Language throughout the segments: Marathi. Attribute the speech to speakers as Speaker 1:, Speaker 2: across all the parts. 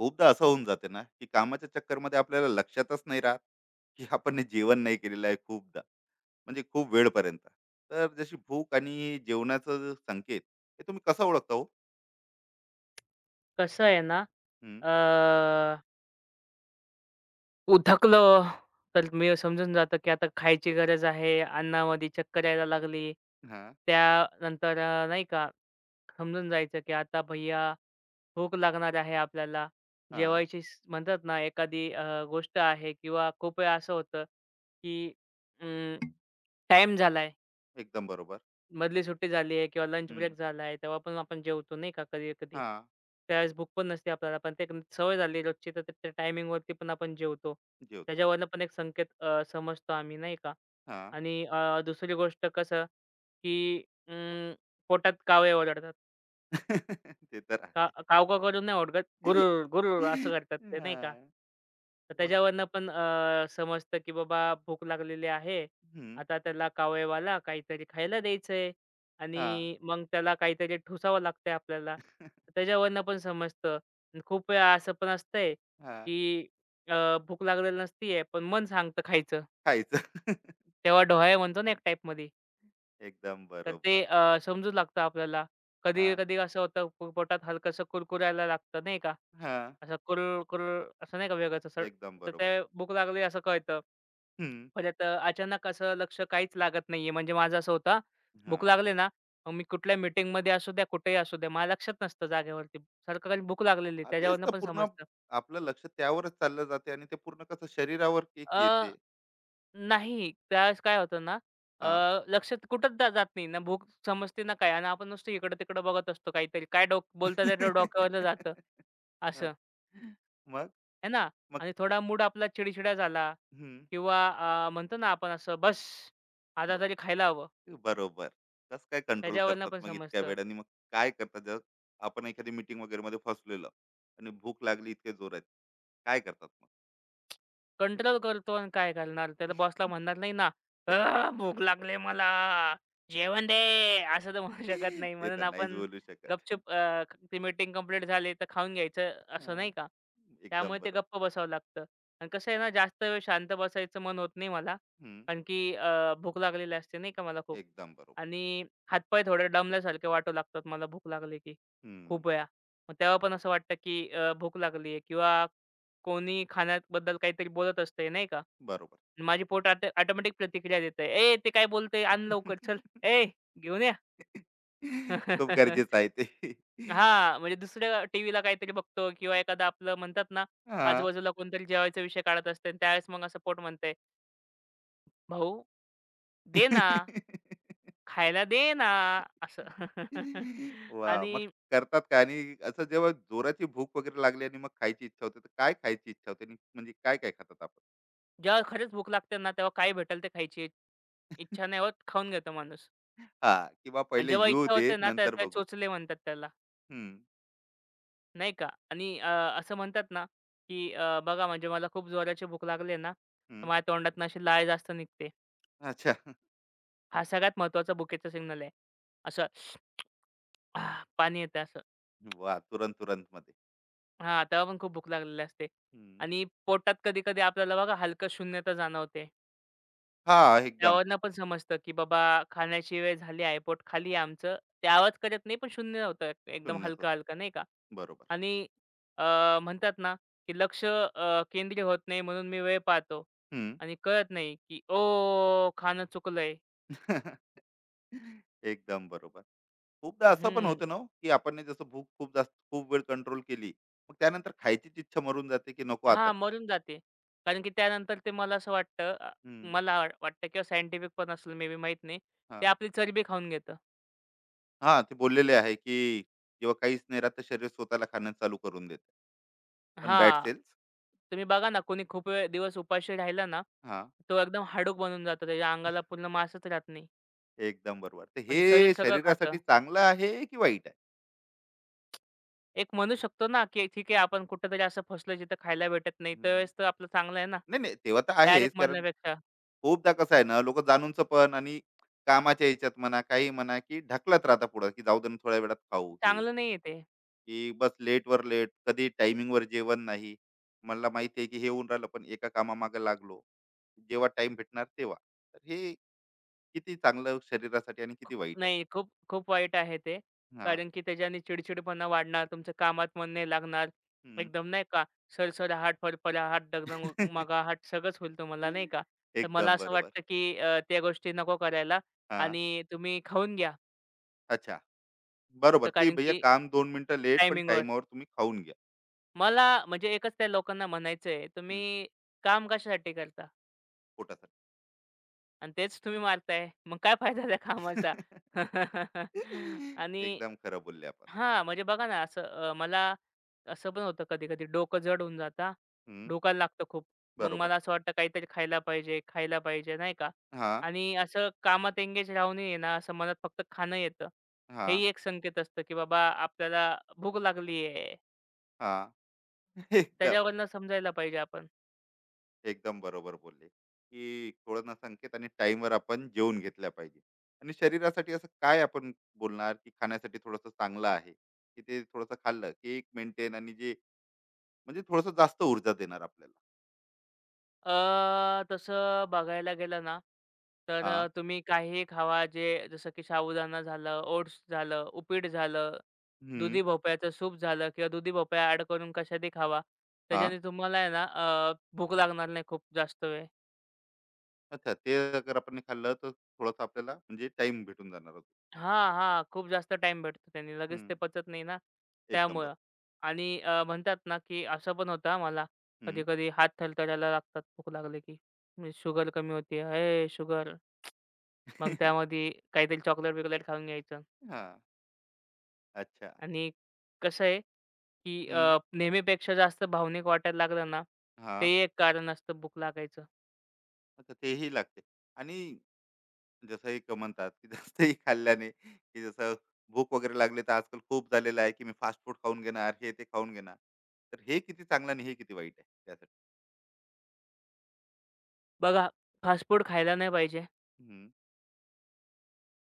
Speaker 1: खूपदा असं होऊन जाते ना, की कामाच्या चक्करमध्ये आपल्याला लक्षातच नाही राहत, की आपण हे जेवण नाही केलेलं आहे खूपदा. म्हणजे खूप वेळपर्यंत. तर जशी भूक आणि जेवणाचं जो संकेत हे तुम्ही कसं ओळखता हो?
Speaker 2: कसं आहे ना,
Speaker 1: हं,
Speaker 2: अ, उधकलं तर मी समजून जातं, की आता खायची गरज आहे. अन्नामध्ये चक्कर यायला लागली.
Speaker 1: हां,
Speaker 2: त्यानंतर नाही का समजून जायचं, की आता भैय्या भूक लागणार आहे आपल्याला.
Speaker 1: हां.
Speaker 2: जेवायची म्हणतात ना एखादी गोष्ट आहे किंवा खूप वेळा असं होतं, की अं, टाईम झालाय.
Speaker 1: एकदम बरोबर.
Speaker 2: मधली सुट्टी झाली आहे किंवा लंच
Speaker 1: हं,
Speaker 2: ब्रेक झाला आहे, तेव्हा पण आपण जेवतो नाही का कधी-कधी.
Speaker 1: हां,
Speaker 2: त्यावेळेस भूक पण नसते आपल्याला, पण ते एक सवय झाली रोजची, तर त्या टायमिंगवरती पण आपण जेवतो.
Speaker 1: जेवतो.
Speaker 2: त्याच्यावरनं पण एक संकेत समजतो आम्ही नाही का.
Speaker 1: हां.
Speaker 2: आणि दुसरी गोष्ट कसं, की अं, पोटात कावळे ओरडतात.
Speaker 1: ते तर आहे.
Speaker 2: का कावकाव करून नाही ओरडत, "गुरूर, गुरूर" असं करतात ते नाही का?
Speaker 1: हां.
Speaker 2: तर
Speaker 1: मग
Speaker 2: त्याच्यावरनं पण समजतं की बाबा भूक लागलेली आहे.
Speaker 1: हं,
Speaker 2: आता त्याला कावळेवाला काहीतरी खायला द्यायचंय
Speaker 1: हां,
Speaker 2: आणि मग त्याला काहीतरी ठुसावं लागतंय आपल्याला.
Speaker 1: हां.
Speaker 2: तर त्याच्यावरनं पण समजतं. अन् खूप वेळा असं पण असतंय की अ, भूक लागलेली नसतीये, पण मन सांगतं खायचं.
Speaker 1: खायचं.
Speaker 2: तेव्हा डोहाळे म्हणतो ना एक टाईपमध्ये.
Speaker 1: एकदम
Speaker 2: तर ते
Speaker 1: बरोबर.
Speaker 2: समजू लागतं आपल्याला.
Speaker 1: हां,
Speaker 2: कधी-कधी असं होतं पोटात हलकसं कुरकुरायला लागतं नाही का?
Speaker 1: हां.
Speaker 2: असं कुरळ, कुरळ असं नाही का वेगळंच असं
Speaker 1: एकदम
Speaker 2: तर
Speaker 1: बरोबर.
Speaker 2: ते भूक लागली असं कळतं.
Speaker 1: हं,
Speaker 2: परत अचानक असं लक्ष काहीच लागत नाहीये. म्हणजे माझं असं होतं, भूक
Speaker 1: हां.
Speaker 2: लागली ना, मग मी कुठल्या मीटिंगमध्ये असू द्या, कुठेही असू द्या, मला लक्षात नसतं जागेवरती. सारखं कारण भूक लागलेली
Speaker 1: हा तेच
Speaker 2: त्याच्यावरनं
Speaker 1: तर
Speaker 2: पण
Speaker 1: पूर्ण
Speaker 2: समजतं.
Speaker 1: आपलं लक्ष त्यावरच चाललं जाते आणि ते पूर्ण कसं शरीरावर केक
Speaker 2: अ,
Speaker 1: येते
Speaker 2: नाही त्यावेळेस काय होतं ना, अ,
Speaker 1: हा
Speaker 2: लक्षात कुठंच जात नाही ना भूक समजते ना काय आणि आपण नुसतं इकडं-तिकडं बघत असतो काहीतरी. काय डोक बोलतात ते डोक्यावरनं जातं.
Speaker 1: हा.
Speaker 2: असं.
Speaker 1: मग
Speaker 2: आहे ना?
Speaker 1: मग
Speaker 2: आणि थोडा मूड आपला चिडचिडा झाला
Speaker 1: हम्म,
Speaker 2: किंवा म्हणतो ना आपण असं, "बस्स! आता
Speaker 1: ब-
Speaker 2: तरी खायला हवं."
Speaker 1: बरोबर कस काय कंट्रोल
Speaker 2: त्याच्यावरनं
Speaker 1: करतात
Speaker 2: पण
Speaker 1: मग इतक्या
Speaker 2: समजतं.
Speaker 1: वेळाने मग काय करतात जर आपण एखादी मीटिंग वगैरे मध्ये फसलेलो आणि भूक लागली इतके जोरात काय करतात मग.
Speaker 2: कंट्रोल करतो आणि काय करणार? त्याला बॉसला म्हणणार नाही ना, भूक लागली मला. जेवण दे." असं तर म्हणू शकत नाही.
Speaker 1: ते
Speaker 2: म्हणून
Speaker 1: तर नाहीच
Speaker 2: आपण
Speaker 1: बोलू शकत
Speaker 2: गपचूप ती मीटिंग कंप्लीट झाली तर खाऊन घ्यायचं असं
Speaker 1: हा.
Speaker 2: नाही का?
Speaker 1: एकदम
Speaker 2: त्यामुळे ते
Speaker 1: बरोबर
Speaker 2: गप्प बसावं लागतं. आणि कसं आहे ना, जास्त वेळ शांत बसायचं मन होत नाही मला.
Speaker 1: हम्म,
Speaker 2: कारण की भूक लागलेली असते नाही का मला खूप.
Speaker 1: एकदम बरोबर
Speaker 2: आणि हातपाय थोडे दमल्यासारखे वाटू लागतात मला भूक लागली की
Speaker 1: हम्म,
Speaker 2: खूप वेळा. मग तेव्हा पण असं वाटतं की भूक लागली आहे किंवा कोणी खाण्याबद्दल काहीतरी बोलत असतंय नाही का?
Speaker 1: बरोबर.
Speaker 2: आणि माझी पोट ऑटोमॅटिक प्रतिक्रिया देते "ए ते काय बोलते आण लवकर चल. ए घेऊन या."
Speaker 1: खूप गरजेचं आहे ते.
Speaker 2: हां, म्हणजे दुसऱ्या टीव्हीला काहीतरी बघतो किंवा एखादा आपलं म्हणतात ना,
Speaker 1: हां.
Speaker 2: आजूबाजूला कोणतरी जेवायचा विषय काढत असते आणि त्यावेळेस मग असं पोट म्हणतंय, "भाऊ दे ना, खायला दे ना." असं.
Speaker 1: वाह! मग
Speaker 2: आणि
Speaker 1: करतात काय? आणि असं जेव्हा जोराची भूक वगैरे लागली आणि मग खायची इच्छा होते, तर काय खायची इच्छा होते? आणि म्हणजे काय-काय खातात आपण?
Speaker 2: जेव्हा खरंच भूक लागते ना, तेव्हा काय भेटेल ते खायची इच्छा नाही होत, खाऊन घेतो माणूस
Speaker 1: हां, किंवा
Speaker 2: आणि
Speaker 1: पहिले
Speaker 2: जेव्हा
Speaker 1: येऊ
Speaker 2: इच्छा
Speaker 1: दे,
Speaker 2: होते ना, तर
Speaker 1: नंतर
Speaker 2: ते
Speaker 1: बघू.
Speaker 2: चोचले म्हणतात त्याला.
Speaker 1: हं,
Speaker 2: नाही का? आणि असं म्हणतात ना, की बघा म्हणजे मला खूप जोराची भूक लागली आहे ना, तर
Speaker 1: हं.
Speaker 2: माझ्या तोंडातनं अशी लाळ जास्त निघते.
Speaker 1: अच्छा.
Speaker 2: हा सगळ्यात महत्त्वाचा भुकेचा सिग्नल आहे. असं आह, पाणी येतं असं.
Speaker 1: वाह! तुरंत-तुरंतमध्ये.
Speaker 2: हां, तेव्हा पण खूप भूक लागलेली असते.
Speaker 1: हं.
Speaker 2: आणि पोटात कधी-कधी आपल्याला बघा हलकं शून्यता जाणवते.
Speaker 1: हां, एकदम
Speaker 2: त्यावरनं पण समजतं, की बाबा खाण्याची वेळ झाली आहे, पोट खाली आहे आमचं. ते आवाज करत नाही, पण शून्य होतं एकदम
Speaker 1: शून्यच होतं.
Speaker 2: हलका-हलका नाही का?
Speaker 1: बरोबर.
Speaker 2: आणि म्हणतात ना, की लक्ष केंद्रीय होत नाही म्हणून मी वेळ पाहतो
Speaker 1: हं.
Speaker 2: आणि कळत नाही, की "ओ खाणं चुकलंय."
Speaker 1: एकदम बरोबर. खूपदा असं पण
Speaker 2: हं.
Speaker 1: होतं ना हो, की आपण ने जसं भूक खूप जास्त खूप वेळ कंट्रोल केली, मग त्यानंतर खायचीच इच्छा मरून जाते, की नको आता.
Speaker 2: हां, मरून जाते. कारण की त्यानंतर ते मला असं वाटतं,
Speaker 1: हं,
Speaker 2: मला वाटतं किंवा सायंटिफिक पण असेल मे बी माहीत नाही. ते
Speaker 1: हां.
Speaker 2: आपली चरबी खाऊन घेतं.
Speaker 1: हां, ते बोललेले आहे, की जेव्हा काहीच नाही राहत, तर शरीर स्वतःला खाणं चालू करून देतं. पण बॅड
Speaker 2: हां.
Speaker 1: सेल्स
Speaker 2: तुम्ही बघा ना, कोणी खूप वेळ दिवस उपाशी राहिला ना,
Speaker 1: हां,
Speaker 2: तो एकदम हाडूक बनून जातो. त्याच्या अंगाला पूर्ण मांसच राहत नाही.
Speaker 1: एकदम बरोबर. तर
Speaker 2: म्हणजे शरीर
Speaker 1: हे
Speaker 2: सगळं खातं.
Speaker 1: शरीरासाठी चांगलं आहे की वाईट आहे?
Speaker 2: एक म्हणू शकतो ना, की ठीक आहे आपण कुठेतरी असं फसलो जिथं खायला भेटत नाही,
Speaker 1: हं,
Speaker 2: त्यावेळेस तर आपलं चांगलं आहे ना.
Speaker 1: नाही, नाही, तेव्हा तर आहेच.
Speaker 2: डायरेक्ट
Speaker 1: कारण
Speaker 2: मरण्यापेक्षा.
Speaker 1: खूपदा कसं आहे ना, लोकं जाणूनचं पण आणि कामाच्या ह्याच्यात म्हणा, काही म्हणा, की ढकलत राहतात पुढं, की जाऊ दे ना, थोड्या वेळात खाऊ, हे.
Speaker 2: चांगलं नाहीये ते.
Speaker 1: की बस लेट वर लेट, कधी timing वर जेवण नाही. मला माहिती आहे की हे होऊन राहिलं, पण एका कामामागे लागलो. जेव्हा टाइम भेटणार तेव्हा. तर हे किती चांगलं शरीरासाठी आणि
Speaker 2: खू
Speaker 1: किती वाईट आहे.
Speaker 2: नाही, खूप खूप वाईट आहे ते.
Speaker 1: हां.
Speaker 2: कारण की त्याच्याने चिडचिडपणा वाढणार, तुमचं कामात मन नाही लागणार.
Speaker 1: हं.
Speaker 2: एकदम नाही का, सरसराहट, फरफराहट, डगडगमगाहट सगळंच होईल तुम्हाला नाही का. तर मला
Speaker 1: एकदम
Speaker 2: असं
Speaker 1: बरोबर.
Speaker 2: वाटतं की त्या गोष्टी नको करायला
Speaker 1: हां.
Speaker 2: आणि तुम्ही खाऊन घ्या.
Speaker 1: अच्छा. बरोबर,
Speaker 2: तर
Speaker 1: की
Speaker 2: कारण
Speaker 1: भैय्या
Speaker 2: की
Speaker 1: काम दोन मिनिटं लेट, पण
Speaker 2: टायमिंगवर.
Speaker 1: टाईमावर तुम्ही खाऊन घ्या.
Speaker 2: मला म्हणजे एकच त्या लोकांना म्हणायचं आहे,
Speaker 1: हं.
Speaker 2: तुम्ही काम कशासाठी करता?
Speaker 1: पोटासाठी.
Speaker 2: आणि तेच तुम्ही मारताय. मग काय फायदा त्या कामाचा? आणि
Speaker 1: एकदम खरं बोलले आपण.
Speaker 2: हां, म्हणजे बघा ना असं मला असं पण होतं कधी-कधी डोकं जड होऊन जातं.
Speaker 1: हं.
Speaker 2: डोकायला लागतं खूप. मग
Speaker 1: बरोबर.
Speaker 2: मला असं वाटतं काहीतरी खायला पाहिजे, खायला पाहिजे नाही का?
Speaker 1: हां,
Speaker 2: आणि असं कामात एंगेज राहून आहे ना, असं मनात फक्त खाणं येतं.
Speaker 1: हां,
Speaker 2: हेही एक संकेत असतं, की बाबा आपल्याला भूक लागली आहे.
Speaker 1: हां. एकदम.
Speaker 2: त्याच्यावरनं समजायला पाहिजे आपण.
Speaker 1: एकदम बरोबर बोलले की थोडं ना संकेत आणि टाइमवर आपण जेवून घेतल्या पाहिजे आणि शरीरासाठी असं काय आपण बोलणार की खाण्यासाठी थोडंसं चांगलं आहे की ते थोडंसं खाल्लं की एक मेंटेन आणि जे म्हणजे थोडंसं जास्त ऊर्जा देणार आपल्याला.
Speaker 2: तसं बघायला गेलं ना, तर
Speaker 1: हा
Speaker 2: तुम्ही काहीही खावा जे जसं की साबुदाणा झालं, ओट्स झालं, उपीट झालं,
Speaker 1: हम्म
Speaker 2: दुधी भोपळ्याचं सूप झालं किंवा दुधी भोपळा ॲड करून कशातही खावा.
Speaker 1: हा.
Speaker 2: त्याच्याने तुम्हाला आहे ना भूक लागणार नाही खूप जास्त वेळ.
Speaker 1: अच्छा, ते अगर आपण खाल्लं तर थोडंसं आपल्याला म्हणजे टाइम भेटून जाणार होतो.
Speaker 2: हां, हां. खूप जास्त टाईम भेटतो त्याने. लगेच ते
Speaker 1: हम्म.
Speaker 2: पचत नाही ना
Speaker 1: एकदम
Speaker 2: त्यामुळं.
Speaker 1: बरोबर.
Speaker 2: आणि म्हणतात ना, की असं पण होतं हां मला.
Speaker 1: हम्म
Speaker 2: कधी-कधी हात थरथरायला लागतात भूक लागली की. शुगर कमी होती आहे. शुगर. मग त्यामध्ये काहीतरी चॉकलेट-बिकलेट खाऊन घ्यायचं
Speaker 1: हा. अच्छा.
Speaker 2: आणि कसं आहे, की
Speaker 1: हम्म
Speaker 2: नेहमीपेक्षा जास्त भावनिक वाटायला लागलं ना,
Speaker 1: हा.
Speaker 2: ते एक कारण असतं भूक लागायचं.
Speaker 1: अच्छा, तेही लागते. आणि जसंही म्हणतात, की जास्तही खाल्ल्याने, की जसं भूक वगैरे लागले तर आजकाल खूप झालेलं आहे, की मी फास्ट फूड खाऊन घेणार, हे ते खाऊन घेणार. तर हे किती चांगलं आणि हे किती वाईट आहे त्यासाठी.
Speaker 2: बघा, फास्ट फूड खायला नाही पाहिजे.
Speaker 1: हं,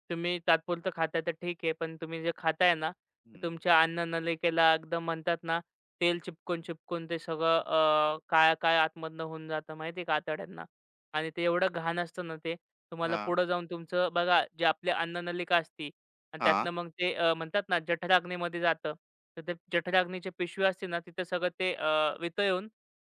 Speaker 2: तुम्ही तात्पुरतं खाताय तर ठीक आहे. पण तुम्ही जे खाताय ना, ते
Speaker 1: हं.
Speaker 2: तुमच्या अन्ननलिकेला एकदम म्हणतात ना, तेल चिपकून-चिपकून ते सगळं
Speaker 1: अरे
Speaker 2: काळं-काळं आतमधनं होऊन जातं माहिती आहे का आतड्यांना. आणि ते एवढं घाण असतं ना ते, तुम्हाला
Speaker 1: हां,
Speaker 2: पुढं जाऊन तुमचं बघा जे आपली अन्ननलिका असती आणि
Speaker 1: हां.
Speaker 2: त्यातनं मग ते म्हणतात ना जठराग्नीमध्ये जातं. तर ते जठराग्नीची पिशवी असते ना, तिथं सगळं ते वितळून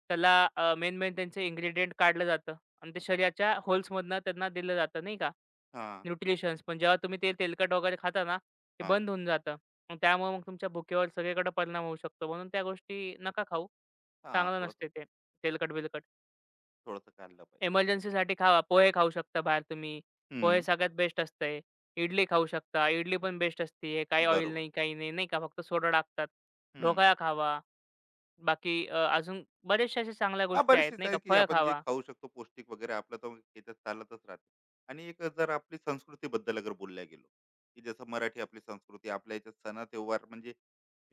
Speaker 2: त्याला मेन-मेन त्यांचे इन्ग्रीडियंट काढलं जातं आणि ते
Speaker 1: अरे
Speaker 2: शरीराच्या होल्समधनं त्यांना दिलं जातं नाही का?
Speaker 1: हां,
Speaker 2: न्यूट्रिशन्स पण जेव्हा तुम्ही ते तेलकट वगैरे खाता ना, ते
Speaker 1: हां,
Speaker 2: बंद होऊन जातं. मग त्यामुळे मग तुमच्या भुकेवर सगळीकडे परिणाम होऊ शकतो. म्हणून त्या गोष्टी नका खाऊ.
Speaker 1: हां.
Speaker 2: चांगलं
Speaker 1: थोडंसं,
Speaker 2: नसते ते तेलकट-बिलकट.
Speaker 1: थोडंसं काढलं पाहिजे.
Speaker 2: इमर्जन्सीसाठी खावा. पोहे खाऊ शकता बाहेर तुम्ही. पोहे
Speaker 1: हं,
Speaker 2: सगळ्यात बेस्ट असते. इडली खाऊ शकता. इडली पण बेस्ट असते. काही ऑइल
Speaker 1: बरोबर.
Speaker 2: नाही, काही नाही, नाही का. फक्त सोडा टाकतात.
Speaker 1: हं.
Speaker 2: ढोकळा खावा. बाकी अजून बऱ्याचशा अशा चांगल्या
Speaker 1: हा
Speaker 2: गोष्टी आहेत
Speaker 1: बरेचसेच
Speaker 2: नाही
Speaker 1: आहे
Speaker 2: का.
Speaker 1: की
Speaker 2: फळ
Speaker 1: आपण जे
Speaker 2: खावा.
Speaker 1: खाऊ शकतो पौष्टिक वगैरे आपलं तर याच्यात चालतच राहते आणि एक जर आपली संस्कृतीबद्दल अगर बोलल्या गेलो की जसं मराठी आपली संस्कृती आपल्या याच्यात सण त्योहार म्हणजे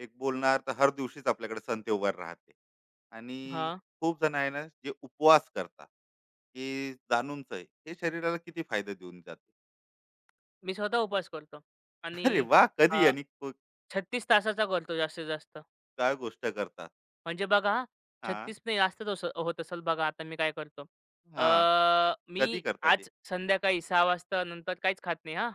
Speaker 1: एक बोलणार तर हर दिवशीच आपल्याकडे सण त्योहार राहते आणि
Speaker 2: हां.
Speaker 1: खूप जण आहे ना जे उपवास करतात की जाणूनच आहे हे शरीराला किती फायदा देऊन जाते.
Speaker 2: मी स्वतः उपवास करतो आणि
Speaker 1: अरे वा, कधी
Speaker 2: अ,
Speaker 1: आणि
Speaker 2: तासाचा करतो जास्तीत जास्त.
Speaker 1: काय गोष्ट करतात?
Speaker 2: म्हणजे बघा हां,
Speaker 1: हा
Speaker 2: 36 नाही जास्तच होत असेल बघा आता मी काय करतो. अ,
Speaker 1: हा. कधी
Speaker 2: मी
Speaker 1: करतात ते?
Speaker 2: आज संध्याकाळी 6:00 वाजता नंतर काहीच खात नाही हां,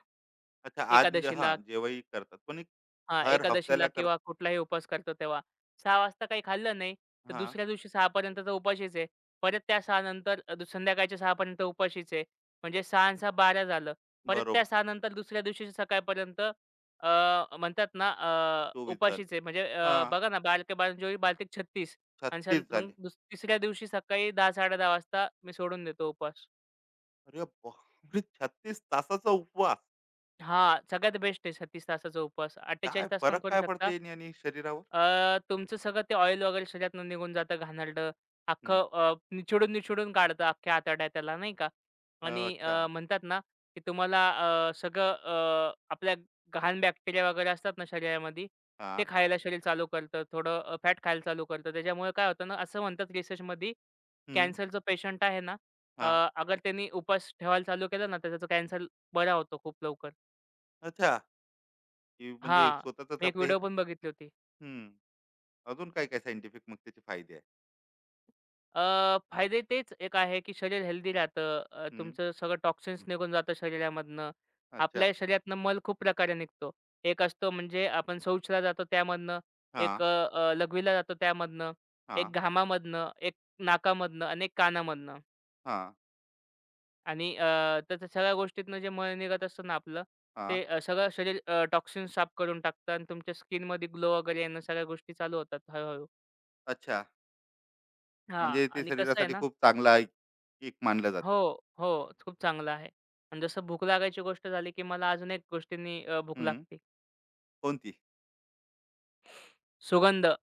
Speaker 1: अच्छा, आज म्हणजे
Speaker 2: एकादशीला
Speaker 1: हा जेव्हाही करतात? पण एक
Speaker 2: हां,
Speaker 1: हर हफ्त्याला
Speaker 2: एकादशीला किंवा कुठलाही उपवास करतो तेव्हा. 6 वाजता काही खाल्लं नाही, तर
Speaker 1: करतात?
Speaker 2: दुसऱ्या दिवशी 6 पर्यंत तर उपाशीच आहे. परत त्या 6 नंतर संध्याकाळच्या 6 पर्यंत उपाशीच आहे. म्हणजे 6 आणि 6 12 झालं. परत त्या
Speaker 1: बरोबर.
Speaker 2: 6 नंतर दुसऱ्या दिवशी सकाळपर्यंत अ, म्हणतात ना
Speaker 1: 24 झालं.
Speaker 2: उपाशीच आहे. म्हणजे
Speaker 1: हां,
Speaker 2: बघा ना 12 के 12 24 12 आणि सन
Speaker 1: 36
Speaker 2: मग
Speaker 1: झाले.
Speaker 2: तिसऱ्या दिवशी सकाळी 10 10:30 वाजता मी सोडून देतो उपवास.
Speaker 1: अरे बापरे! 36 तासाचा उपवास.
Speaker 2: हां, सगळ्यात बेस्ट आहे 36 तासाचा उपवास.
Speaker 1: काय
Speaker 2: 48 तास पण
Speaker 1: फरक
Speaker 2: करू
Speaker 1: काय
Speaker 2: शकता.
Speaker 1: पडते याने आणि शरीरावर?
Speaker 2: तुमचं सगळं ते ऑइल वगैरे शरीरातून निघून जातं, घाणेरडं.
Speaker 1: हं.
Speaker 2: अख्खं निचोडून-निचोडून काढतं अख्ख्या आतड्या त्याला नाही का आणि
Speaker 1: अच्छा.
Speaker 2: म्हणतात ना, की तुम्हाला आपल्या घाण बॅक्टेरिया वगैरे असतात ना शरीरामध्ये, ते
Speaker 1: हां.
Speaker 2: खायला शरीर चालू करतं. थोडं फॅट खायला चालू करतं. त्याच्यामुळे काय होतं ना, असं म्हणतात रिसर्चमध्ये
Speaker 1: हं.
Speaker 2: कॅन्सरचा पेशंट आहे ना, अ,
Speaker 1: हां.
Speaker 2: अगर त्यांनी उपवास ठेवायला चालू केलं ना, त्याचा कॅन्सर बरा होतो खूप लवकर.
Speaker 1: अच्छा. की म्हणजे
Speaker 2: हां.
Speaker 1: स्वतःचच
Speaker 2: मी एक
Speaker 1: आपले हे.
Speaker 2: व्हिडिओ पण बघितली होती.
Speaker 1: हं. अजून काय काय सायंटिफिक मग त्याचे फायदे आहेत?
Speaker 2: अ, फायदे तेच एक आहे, की शरीर हेल्दी राहतं.
Speaker 1: हं.
Speaker 2: तुमचं सगळं टॉक्सिन्स निघून जातं शरीरामधनं.
Speaker 1: अच्छा.
Speaker 2: आपल्या शरीरातनं मल खूप प्रकारे निघतो. एक असतो म्हणजे आपण शौचला जातो त्यामधनं,
Speaker 1: हां,
Speaker 2: एक अ, अ, लघवीला जातो त्यामधनं,
Speaker 1: हां,
Speaker 2: एक घामामधनं, एक नाकामधनं आणि एक कानामधनं.
Speaker 1: हां,
Speaker 2: आणि त्याच्या सगळ्या गोष्टीतनं जे मळ निघत असतं ना आपलं,
Speaker 1: हां.
Speaker 2: ते सगळं शरीर टॉक्सिन्स साफ करून टाकतं आणि तुमच्या स्किनमध्ये ग्लो वगैरे येणं सगळ्या गोष्टी चालू होतात हळू-हळू.
Speaker 1: अच्छा.
Speaker 2: हा,
Speaker 1: म्हणजे ते
Speaker 2: आणि कसं आहे
Speaker 1: शरीरासाठी
Speaker 2: ना
Speaker 1: खूप चांगला एक एक मानलं जाते.
Speaker 2: हो, हो. खूप चांगलं आहे. आणि जसं भूक लागायची गोष्ट झाली, की मला अजून एक गोष्टींनी भूक
Speaker 1: हं.
Speaker 2: लागते.
Speaker 1: कोणती?
Speaker 2: सुगंध.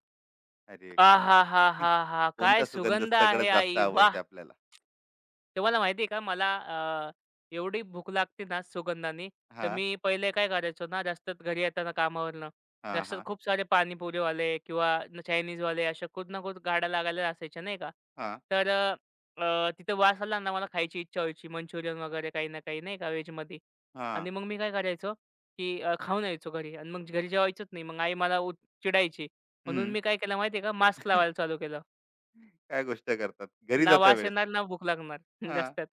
Speaker 1: अरे,
Speaker 2: आ हा, हा हा हा, काय
Speaker 1: कोणता सुगंध
Speaker 2: सुगंध
Speaker 1: सगळ्यात
Speaker 2: आहे
Speaker 1: जास्त
Speaker 2: आई,
Speaker 1: आवडते
Speaker 2: वाह!
Speaker 1: आपल्याला?
Speaker 2: तुम्हाला माहिती आहे का मला अ, एवढी भूक लागते ना सुगंधाने, तर
Speaker 1: हां,
Speaker 2: मी पहिले काय करायचो ना रस्त्यात घरी येताना कामावरनं,
Speaker 1: हां,
Speaker 2: रस्त्यात
Speaker 1: हां,
Speaker 2: खूप सारे पाणीपुरीवाले किंवा चायनीजवाले अशा कुठ ना कुठ गाड्या लागायला असायच्या नाही का.
Speaker 1: हां.
Speaker 2: तर अ, अ, तिथं वास आला ना मला खायची इच्छा व्हायची मंचुरियन वगैरे काही ना काही नाही का व्हेजमध्ये.
Speaker 1: हां.
Speaker 2: आणि मग मी काय करायचो, की खाऊन यायचो घरी आणि मग घरी जेवायचोच नाही. मग आई मला उत चिडायची. म्हणून
Speaker 1: हं.
Speaker 2: मी काय केलं माहिती आहे का मास्क लावायला चालू केलं.
Speaker 1: काय गोष्ट करतात घरी
Speaker 2: ना
Speaker 1: जाता
Speaker 2: वास
Speaker 1: वेळेस?
Speaker 2: येणार ना भूक लागणार
Speaker 1: हां.
Speaker 2: रस्त्यात.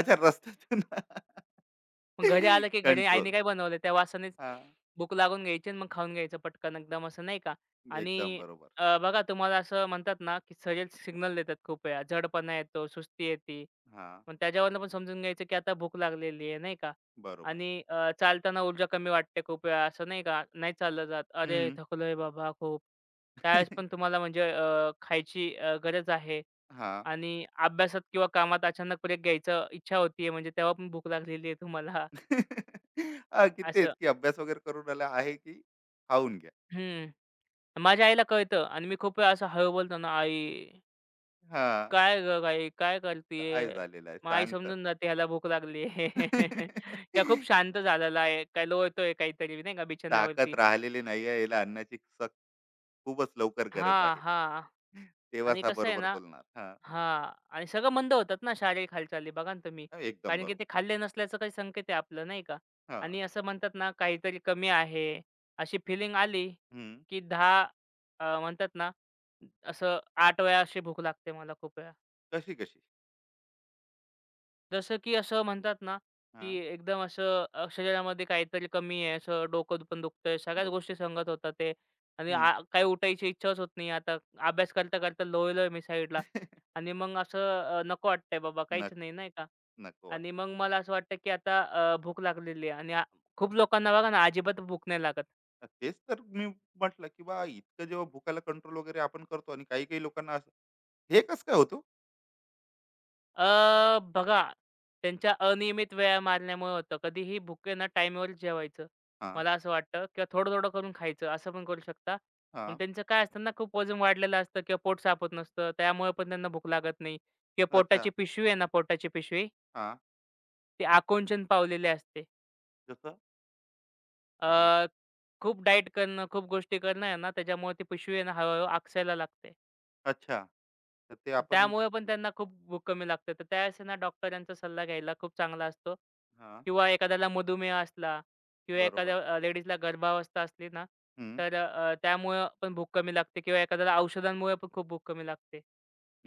Speaker 1: अच्छा, रस्त्यातून
Speaker 2: मग घरी आलं, की घरी आईने
Speaker 1: कंट्रोल.
Speaker 2: काय बनवलं त्या वासानेच
Speaker 1: हां.
Speaker 2: भूक लागून घ्यायची आणि मग खाऊन घ्यायचं पटकन एकदम असं नाही का
Speaker 1: एकदम
Speaker 2: आणि
Speaker 1: बरोबर.
Speaker 2: बघा तुम्हाला असं म्हणतात ना, की शरीर सिग्नल देतात खूप वेळा. जडपणा येतो, सुस्ती येते.
Speaker 1: हां.
Speaker 2: मग त्याच्यावरनं पण समजून घ्यायचं, की आता भूक लागलेली आहे नाही का
Speaker 1: बरोबर.
Speaker 2: आणि चालताना ऊर्जा कमी वाटते खूप वेळा असं नाही का, नाही चाललं जात. "अरे
Speaker 1: हं.
Speaker 2: थकलोय बाबा खूप." त्यावेळेस पण तुम्हाला म्हणजे खायची गरज आहे
Speaker 1: हां. हां,
Speaker 2: आणि अभ्यासात किंवा कामात अचानक ब्रेक घ्यायचं इच्छा होतीये म्हणजे तेव्हा पण भूक लागलेली आहे तुम्हाला.
Speaker 1: की तेच
Speaker 2: असं
Speaker 1: की अभ्यास वगैरे करून आला आहे की खाऊन घ्या.
Speaker 2: हं. माझ्या आईला कळतं आणि मी खूप वेळा असं हळू बोलतो ना, "आई,
Speaker 1: हां.
Speaker 2: काय गं आई, काय करतीये?"
Speaker 1: काय झालेलं आहे
Speaker 2: मग आई
Speaker 1: सांग तर?
Speaker 2: समजून जाते ह्याला भूक लागली आहे. किंवा खूप शांत झालेला आहे, काय लोळतोय काहीतरी नाही का
Speaker 1: ताकद
Speaker 2: बिछाण्यावरती.
Speaker 1: राहिलेली नाही आहे. याला अन्नाची सक्त खूपच लवकर गरज
Speaker 2: हां,
Speaker 1: आहे.
Speaker 2: हां.
Speaker 1: तेव्हाच
Speaker 2: आणि
Speaker 1: हा
Speaker 2: कसं आहे
Speaker 1: बरोबर
Speaker 2: ना
Speaker 1: बोलणार. हां.
Speaker 2: हां. आणि सगळं मंद होतात ना शारीरिक हालचाली बघा ना तुम्ही.
Speaker 1: एकदम
Speaker 2: कारण की
Speaker 1: बरोबर.
Speaker 2: ते खाल्ले नसल्याचं काही संकेत आहे आपलं नाही का?
Speaker 1: हां.
Speaker 2: आणि असं म्हणतात ना काहीतरी कमी आहे, अशी फिलिंग आली, की 10 म्हणतात ना असं 8 वेळा अशी भूक लागते मला खूप वेळा.
Speaker 1: कशी कशी?
Speaker 2: जसं की असं म्हणतात ना, की
Speaker 1: हां,
Speaker 2: एकदम असं शरीरामध्ये काहीतरी कमी आहे, असं डोकं पण दुखतंय, सगळ्याच
Speaker 1: लोक.
Speaker 2: गोष्टी सांगत होता ते आणि आ काही उठायची इच्छाच होत नाही आता. अभ्यास करता-करता लोळलोय मी साईडला आणि मग असं नको वाटतंय बाबा काहीच
Speaker 1: नक
Speaker 2: नाही, नाही का?
Speaker 1: नको
Speaker 2: आणि
Speaker 1: वाटतं.
Speaker 2: मग मला असं वाटतं, की आता भूक लागलेली आहे आणि आ खूप लोकांना बघा ना, अजिबात भूक नाही लागत.
Speaker 1: तेच तर मी म्हटलं, की बा इतकं जेव्हा भुकाला कंट्रोल वगैरे आपण करतो आणि काही-काही लोकांना असं हे कसं काय होतं?
Speaker 2: अ, बघा, त्यांच्या अनियमित वेळा मारल्यामुळे होतं. कधीही भुकेनं टाईमवर जेवायचं,
Speaker 1: हां,
Speaker 2: मला असं वाटतं किंवा थोडं-थोडं करून खायचं, असं पण करू शकता. पण
Speaker 1: हां,
Speaker 2: त्यांचं काय असतं ना, खूप वजन वाढलेलं असतं किंवा पोट साफत नसतं, त्यामुळे पण त्यांना भूक लागत नाही किंवा
Speaker 1: अच्छा,
Speaker 2: पोटाची पिशवी आहे ना, पोटाची पिशवी,
Speaker 1: हां,
Speaker 2: ती आकुंचन पावलेली असते.
Speaker 1: जसं म्हणजे
Speaker 2: अ, खूप डाएट करणं, खूप गोष्टी करणं आहे ना, त्याच्यामुळे ती पिशवी आहे ना, हळू आकसायला लागते.
Speaker 1: अच्छा, तर ते
Speaker 2: तर
Speaker 1: आपण.
Speaker 2: त्यामुळे पण त्यांना खूप भूक कमी लागते. तर त्यावेळेस ना डॉक्टरांचा सल्ला घ्यायला खूप चांगला असतो
Speaker 1: हां,
Speaker 2: किंवा एखाद्याला मधुमेह असला किंवा
Speaker 1: बरोबर.
Speaker 2: एखाद्या लेडीजला गर्भावस्था असली ना,
Speaker 1: हं,
Speaker 2: तर त्यामुळं पण भूक कमी लागते किंवा एखाद्याला औषधांमुळे पण खूप भूक कमी लागते.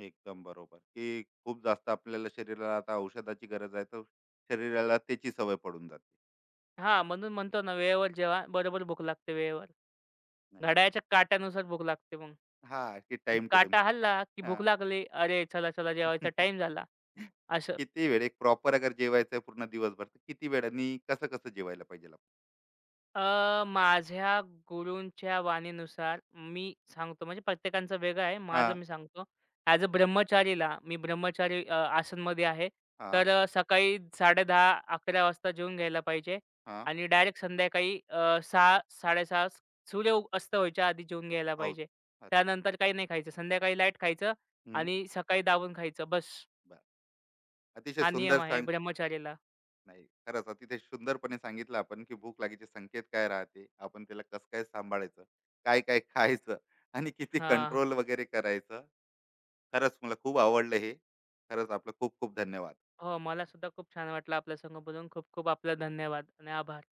Speaker 1: एकदम बरोबर, की खूप जास्त आपल्याला शरीराला आता औषधाची गरज आहे, तर शरीराला त्याची सवय पडून जाते.
Speaker 2: हां, म्हणून म्हणतो ना वेळेवर जेवा, बरोबर भूक लागते वेळेवर.
Speaker 1: नाही
Speaker 2: घड्याळ्याच्या काट्यानुसार भूक लागते मग.
Speaker 1: हां, की
Speaker 2: आणि
Speaker 1: टाईम टू टाईम.
Speaker 2: काटा हलला की भूक
Speaker 1: हां.
Speaker 2: लागली. अरे, चला-चला जेवायचा टाईम झाला, असं.
Speaker 1: किती वेळ एक प्रॉपर अगर जेवायचं पूर्ण दिवसभर तर किती वेळ कसं कसं जेवायला पाहिजे आपण?
Speaker 2: माझ्या गुरूंच्या वाणीनुसार मी सांगतो म्हणजे प्रत्येकांचं वेगळं आहे.
Speaker 1: हा
Speaker 2: माझं मी सांगतो. ॲज अ ब्रह्मचारीला मी ब्रह्मचारी आसनमध्ये आहे.
Speaker 1: हा
Speaker 2: तर सकाळी 10:30-11 वाजता जेवून घ्यायला पाहिजे
Speaker 1: हा
Speaker 2: आणि डायरेक्ट संध्याकाळी 6:00-6:30 सूर्य अस्त व्हायच्या आधी जेवून घ्यायला
Speaker 1: आहोत.
Speaker 2: पाहिजे.
Speaker 1: अच्छा.
Speaker 2: त्यानंतर काही नाही खायचं. संध्याकाळी लाईट खायचं
Speaker 1: हम्म.
Speaker 2: आणि सकाळी दाबून खायचं बस.
Speaker 1: बर, अतिशय
Speaker 2: हा
Speaker 1: सुंदर
Speaker 2: नियम आहे
Speaker 1: सांग.
Speaker 2: ब्रह्मचारीला.
Speaker 1: नाही, खरंच अतिशय सुंदरपणे सांगितलं आपण की भूक लागीचे संकेत काय राहते, आपण त्याला कसं काय सांभाळायचं, काय काय खायचं आणि किती
Speaker 2: हां.
Speaker 1: कंट्रोल वगैरे करायचं. खरंच मला खूप आवडलं हे. खरंच आपलं खूप खूप धन्यवाद.
Speaker 2: हो, मला सुद्धा खूप छान वाटलं आपल्या संग बोलून. खूप खूप आपला धन्यवाद आणि आभार.